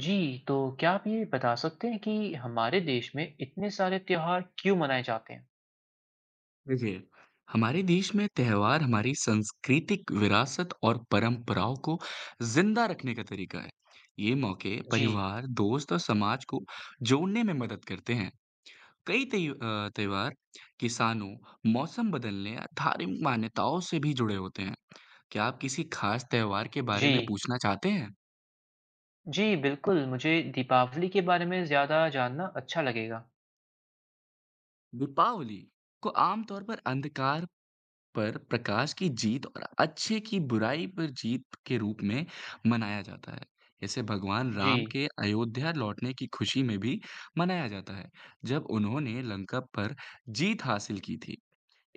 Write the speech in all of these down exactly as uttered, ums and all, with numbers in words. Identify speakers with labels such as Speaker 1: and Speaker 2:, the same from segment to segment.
Speaker 1: जी, तो क्या आप ये बता सकते हैं कि हमारे देश में इतने सारे त्योहार क्यों मनाए जाते हैं?
Speaker 2: देखिए, हमारे देश में त्योहार हमारी सांस्कृतिक विरासत और परंपराओं को जिंदा रखने का तरीका है। ये मौके
Speaker 1: जी,
Speaker 2: परिवार, दोस्त और समाज को जोड़ने में मदद करते हैं। कई त्य- अ, त्योहार किसानों, मौसम बदलने या धार्मिक मान्यताओं से भी जुड़े होते हैं। क्या आप किसी खास त्योहार के बारे
Speaker 1: जी,
Speaker 2: में पूछना चाहते हैं?
Speaker 1: जी, बिल्कुल, मुझे दीपावली के बारे में ज़्यादा जानना अच्छा लगेगा।
Speaker 2: दीपावली को आमतौर पर अंधकार पर प्रकाश की जीत और अच्छे की बुराई पर जीत के रूप में मनाया जाता है। इसे भगवान राम
Speaker 1: जी,
Speaker 2: के अयोध्या लौटने की खुशी में भी मनाया जाता है, जब उन्होंने लंका पर जीत हासिल की थी।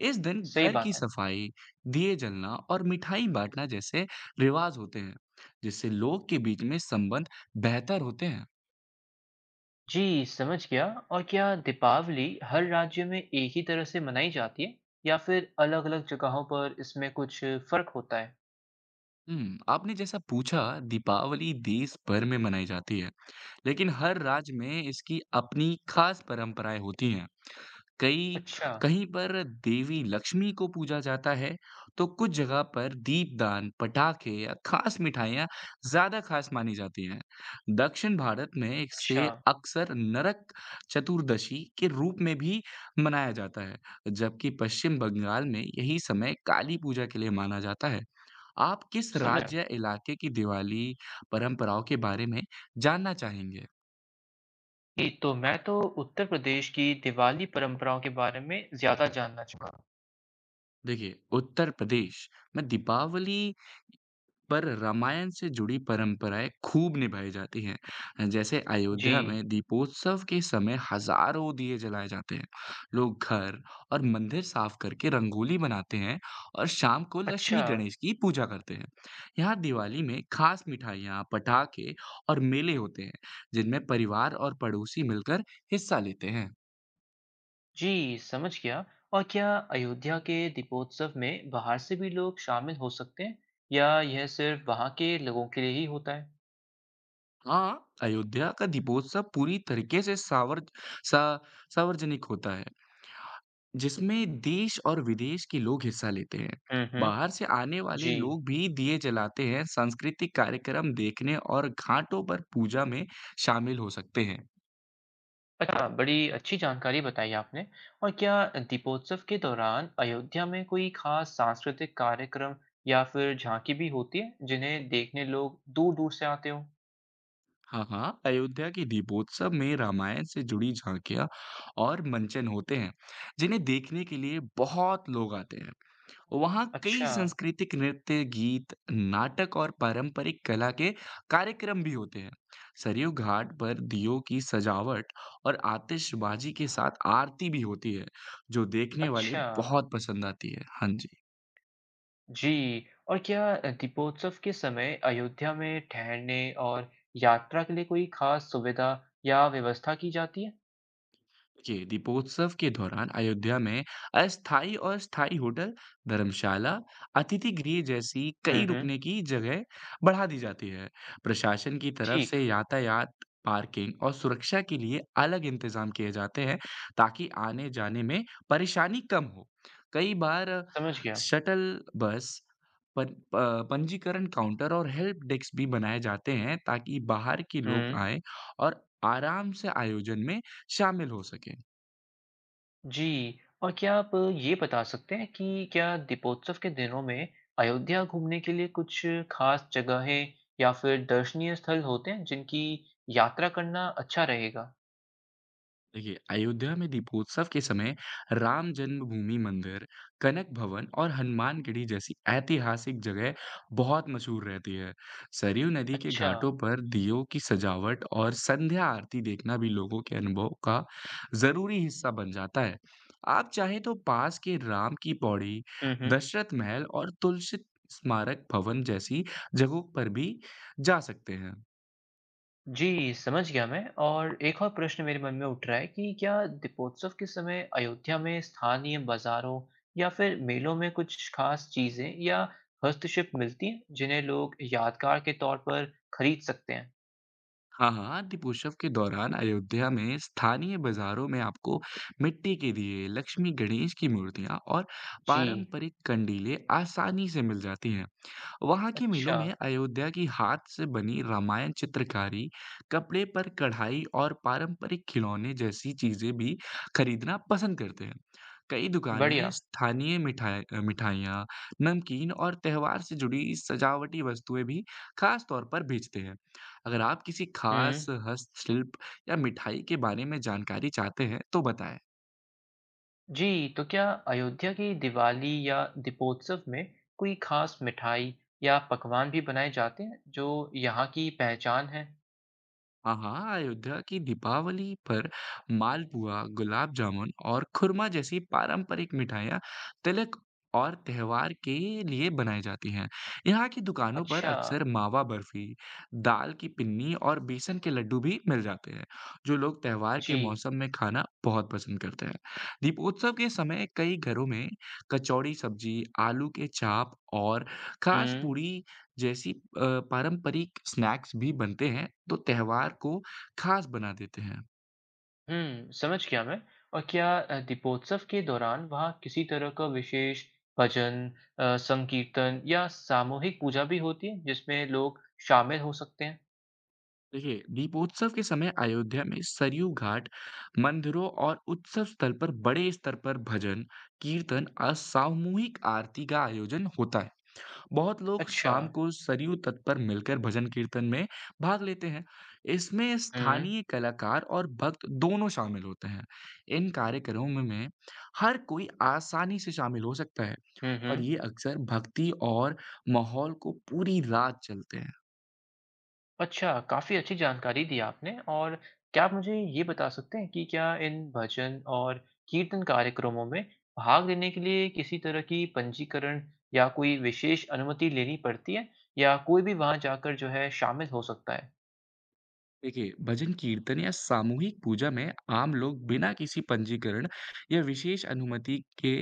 Speaker 2: इस दिन
Speaker 1: सही
Speaker 2: घर
Speaker 1: बात
Speaker 2: की
Speaker 1: है।
Speaker 2: सफाई, दिए जलना और मिठाई बाँटना जैसे रिवाज होते हैं, जिससे लोग के बीच में संबंध बेहतर होते हैं।
Speaker 1: जी, समझ गया। और क्या दीपावली हर राज्य में एक ही तरह से मनाई जाती है या फिर अलग-अलग जगहों पर इसमें कुछ फ़र्क होता है?
Speaker 2: हुँ, आपने जैसा पूछा दीपावली देश भर में मनाई जाती है। लेकिन हर राज्य में इसकी अपनी खास परंपराएं होती हैं। कई
Speaker 1: अच्छा,
Speaker 2: कहीं पर देवी लक्ष्मी को पूजा जाता है, तो कुछ जगह पर दीपदान, पटाखे या खास मिठाइयाँ ज्यादा खास मानी जाती हैं। दक्षिण भारत में
Speaker 1: अच्छा,
Speaker 2: इसे अक्सर नरक चतुर्दशी के रूप में भी मनाया जाता है, जबकि पश्चिम बंगाल में यही समय काली पूजा के लिए माना जाता है। आप किस
Speaker 1: समझ गया।
Speaker 2: राज्य या इलाके की दिवाली परंपराओं के बारे में जानना चाहेंगे?
Speaker 1: जी, तो मैं तो उत्तर प्रदेश की दिवाली परंपराओं के बारे में ज़्यादा जानना चाहूँगा।
Speaker 2: देखिए, उत्तर प्रदेश में दीपावली पर रामायण से जुड़ी परंपराएँ खूब निभाई जाती हैं। जैसे
Speaker 1: जी।
Speaker 2: अयोध्या में दीपोत्सव के समय हज़ारों दिए जलाए जाते हैं। लोग घर और मंदिर साफ करके रंगोली बनाते हैं और शाम को
Speaker 1: अच्छा,
Speaker 2: लक्ष्मी गणेश की पूजा करते हैं। यहाँ दिवाली में खास मिठाइयाँ, पटाखे और मेले होते हैं, जिनमें परिवार और पड़ोसी मिलकर हिस्सा लेते हैं।
Speaker 1: जी, समझ गया। और क्या अयोध्या के दीपोत्सव में बाहर से भी लोग शामिल हो सकते हैं या यह सिर्फ वहाँ के लोगों के लिए ही होता है?
Speaker 2: हाँ, अयोध्या का दीपोत्सव पूरी तरीके से सावर सा सार्वजनिक होता है, जिसमें देश और विदेश के लोग हिस्सा लेते हैं।
Speaker 1: हुँ, हुँ।
Speaker 2: बाहर से आने वाले
Speaker 1: जी।
Speaker 2: लोग भी दिए जलाते हैं, सांस्कृतिक कार्यक्रम देखने और घाटों पर पूजा में शामिल हो सकते हैं।
Speaker 1: अच्छा, बड़ी अच्छी जानकारी बताई आपने। और क्या दीपोत्सव के दौरान अयोध्या में कोई खास सांस्कृतिक कार्यक्रम या फिर झांकी भी होती है जिन्हें देखने लोग दूर-दूर से आते हों?
Speaker 2: हाँ, हाँ, अयोध्या के दीपोत्सव में रामायण से जुड़ी झांकियाँ और मंचन होते हैं, जिन्हें देखने के लिए बहुत लोग आते हैं। वहाँ कई
Speaker 1: अच्छा,
Speaker 2: सांस्कृतिक नृत्य, गीत, नाटक और पारंपरिक कला के कार्यक्रम भी होते हैं। सरयू घाट पर दियों की सजावट और आतिशबाजी के साथ आरती भी होती है, जो देखने वाले
Speaker 1: अच्छा।
Speaker 2: बहुत पसंद आती है। हाँ जी।
Speaker 1: जी, और क्या अ, दीपोत्सव के समय अयोध्या में ठहरने और यात्रा के लिए कोई खास सुविधा या व्यवस्था की जाती है?
Speaker 2: जी, दीपोत्सव के दौरान अयोध्या में अस्थाई और स्थायी होटल, धर्मशाला, अतिथि गृह जैसी
Speaker 1: हुँ,
Speaker 2: कई
Speaker 1: हुँ,
Speaker 2: रुकने की जगह बढ़ा दी जाती है। प्रशासन की तरफ
Speaker 1: ठीक,
Speaker 2: से यातायात, पार्किंग और सुरक्षा के लिए अलग इंतजाम किए जाते हैं ताकि आने-जाने में परेशानी कम हो। कई बार
Speaker 1: समझ गया।
Speaker 2: शटल बस पन प पंजीकरण काउंटर और हेल्प डेस्क भी बनाए जाते हैं ताकि बाहर के लोग
Speaker 1: हुँ,
Speaker 2: आएँ और आराम से आयोजन में शामिल हो सके।
Speaker 1: जी, और क्या आप ये बता सकते हैं कि क्या दीपोत्सव के दिनों में अयोध्या घूमने के लिए कुछ खास जगहें या फिर दर्शनीय स्थल होते हैं जिनकी यात्रा करना अच्छा रहेगा?
Speaker 2: देखिए, अयोध्या में दीपोत्सव के समय राम जन्मभूमि मंदिर, कनक भवन और हनुमानगढ़ी जैसी ऐतिहासिक जगह बहुत मशहूर रहती है। सरयू नदी के
Speaker 1: अच्छा,
Speaker 2: घाटों पर दीयों की सजावट और संध्या आरती देखना भी लोगों के अनुभव का ज़रूरी हिस्सा बन जाता है। आप चाहें तो पास के राम की पौड़ी,
Speaker 1: हुँ, हुँ।
Speaker 2: दशरथ महल और तुलसित स्मारक भवन जैसी जगहों पर भी जा सकते हैं।
Speaker 1: जी, समझ गया मैं। और एक और प्रश्न मेरे मन में उठ रहा है कि क्या दीपोत्सव के समय अयोध्या में स्थानीय बाज़ारों या फिर मेलों में कुछ खास चीज़ें या हस्तशिल्प मिलती हैं, जिन्हें लोग यादगार के तौर पर खरीद सकते हैं?
Speaker 2: हाँ, हाँ, हाँ, दीपोत्सव के दौरान अयोध्या में स्थानीय बाज़ारों में आपको मिट्टी के दिए, लक्ष्मी गणेश की मूर्तियाँ और
Speaker 1: जी,
Speaker 2: पारंपरिक कंडीलें आसानी से मिल जाती हैं। वहाँ की मिलों
Speaker 1: अच्छा,
Speaker 2: में अयोध्या की हाथ से बनी रामायण चित्रकारी, कपड़े पर कढ़ाई और पारंपरिक खिलौने जैसी चीजें भी खरीदना पसंद करते हैं। कई दुकानें
Speaker 1: बढ़िया।
Speaker 2: स्थानीय मिठाई अ, मिठाइयाँ, नमकीन और त्योहार से जुड़ी सजावटी वस्तुएं भी खास तौर पर बेचते हैं। अगर आप किसी खास
Speaker 1: हुँ।
Speaker 2: हस्तशिल्प या मिठाई के बारे में जानकारी चाहते हैं, तो बताएं।
Speaker 1: जी, तो क्या अयोध्या की दिवाली या दीपोत्सव में कोई खास मिठाई या पकवान भी बनाए जाते हैं, जो यहाँ की पहचान है?
Speaker 2: हाँ, हाँ, अयोध्या की दीपावली पर मालपुआ, गुलाब जामुन और खुरमा जैसी पारंपरिक मिठाइयाँ तिलक और त्योहार के लिए बनाई जाती हैं। यहाँ की दुकानों पर
Speaker 1: अच्छा,
Speaker 2: अक्सर मावा बर्फी, दाल की पिन्नी और बेसन के लड्डू भी मिल जाते हैं, जो लोग त्योहार के
Speaker 1: जी।
Speaker 2: मौसम में खाना बहुत पसंद करते हैं। दीपोत्सव के समय कई घरों में कचौड़ी सब्जी, आलू के चाप और खास
Speaker 1: हुँ।
Speaker 2: पूड़ी जैसी अ, पारंपरिक स्नैक्स भी बनते हैं, तो त्योहार को खास बना देते हैं।
Speaker 1: हुँ, समझ गया मैं। और क्या अ, दीपोत्सव के दौरान वहाँ किसी तरह का विशेष भजन, अ, संकीर्तन या सामूहिक पूजा भी होती है, जिसमें लोग शामिल हो सकते हैं?
Speaker 2: देखिए, दीपोत्सव के समय अयोध्या में सरयू घाट, मंदिरों और उत्सव स्थल पर बड़े स्तर पर भजन, कीर्तन और सामूहिक आरती का आयोजन होता है। बहुत लोग
Speaker 1: अच्छा।
Speaker 2: शाम को सरयू तट पर मिलकर भजन कीर्तन में भाग लेते हैं। इसमें
Speaker 1: हुँ,
Speaker 2: स्थानीय कलाकार और भक्त दोनों शामिल होते हैं। इन कार्यक्रमों में हर कोई आसानी से शामिल हो सकता है।
Speaker 1: हुँ,
Speaker 2: और
Speaker 1: हुँ।
Speaker 2: ये अक्सर भक्ति और माहौल को पूरी रात चलते हैं।
Speaker 1: अच्छा, काफ़ी अच्छी जानकारी दी आपने। और क्या आप मुझे ये बता सकते हैं कि क्या इन भजन और कीर्तन कार्यक्रमों में भाग लेने के लिए किसी तरह की पंजीकरण या कोई विशेष अनुमति लेनी पड़ती है या कोई भी वहाँ जाकर जो है शामिल हो सकता है?
Speaker 2: देखिए, भजन कीर्तन या सामूहिक पूजा में आम लोग बिना किसी पंजीकरण या विशेष अनुमति के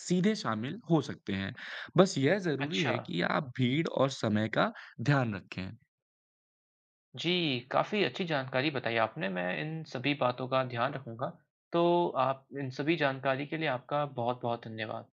Speaker 2: सीधे शामिल हो सकते हैं। बस यह ज़रूरी
Speaker 1: अच्छा।
Speaker 2: है कि आप भीड़ और समय का ध्यान रखें।
Speaker 1: जी, काफ़ी अच्छी जानकारी बताई आपने, मैं इन सभी बातों का ध्यान रखूँगा। तो आप इन सभी जानकारी के लिए आपका बहुत-बहुत धन्यवाद।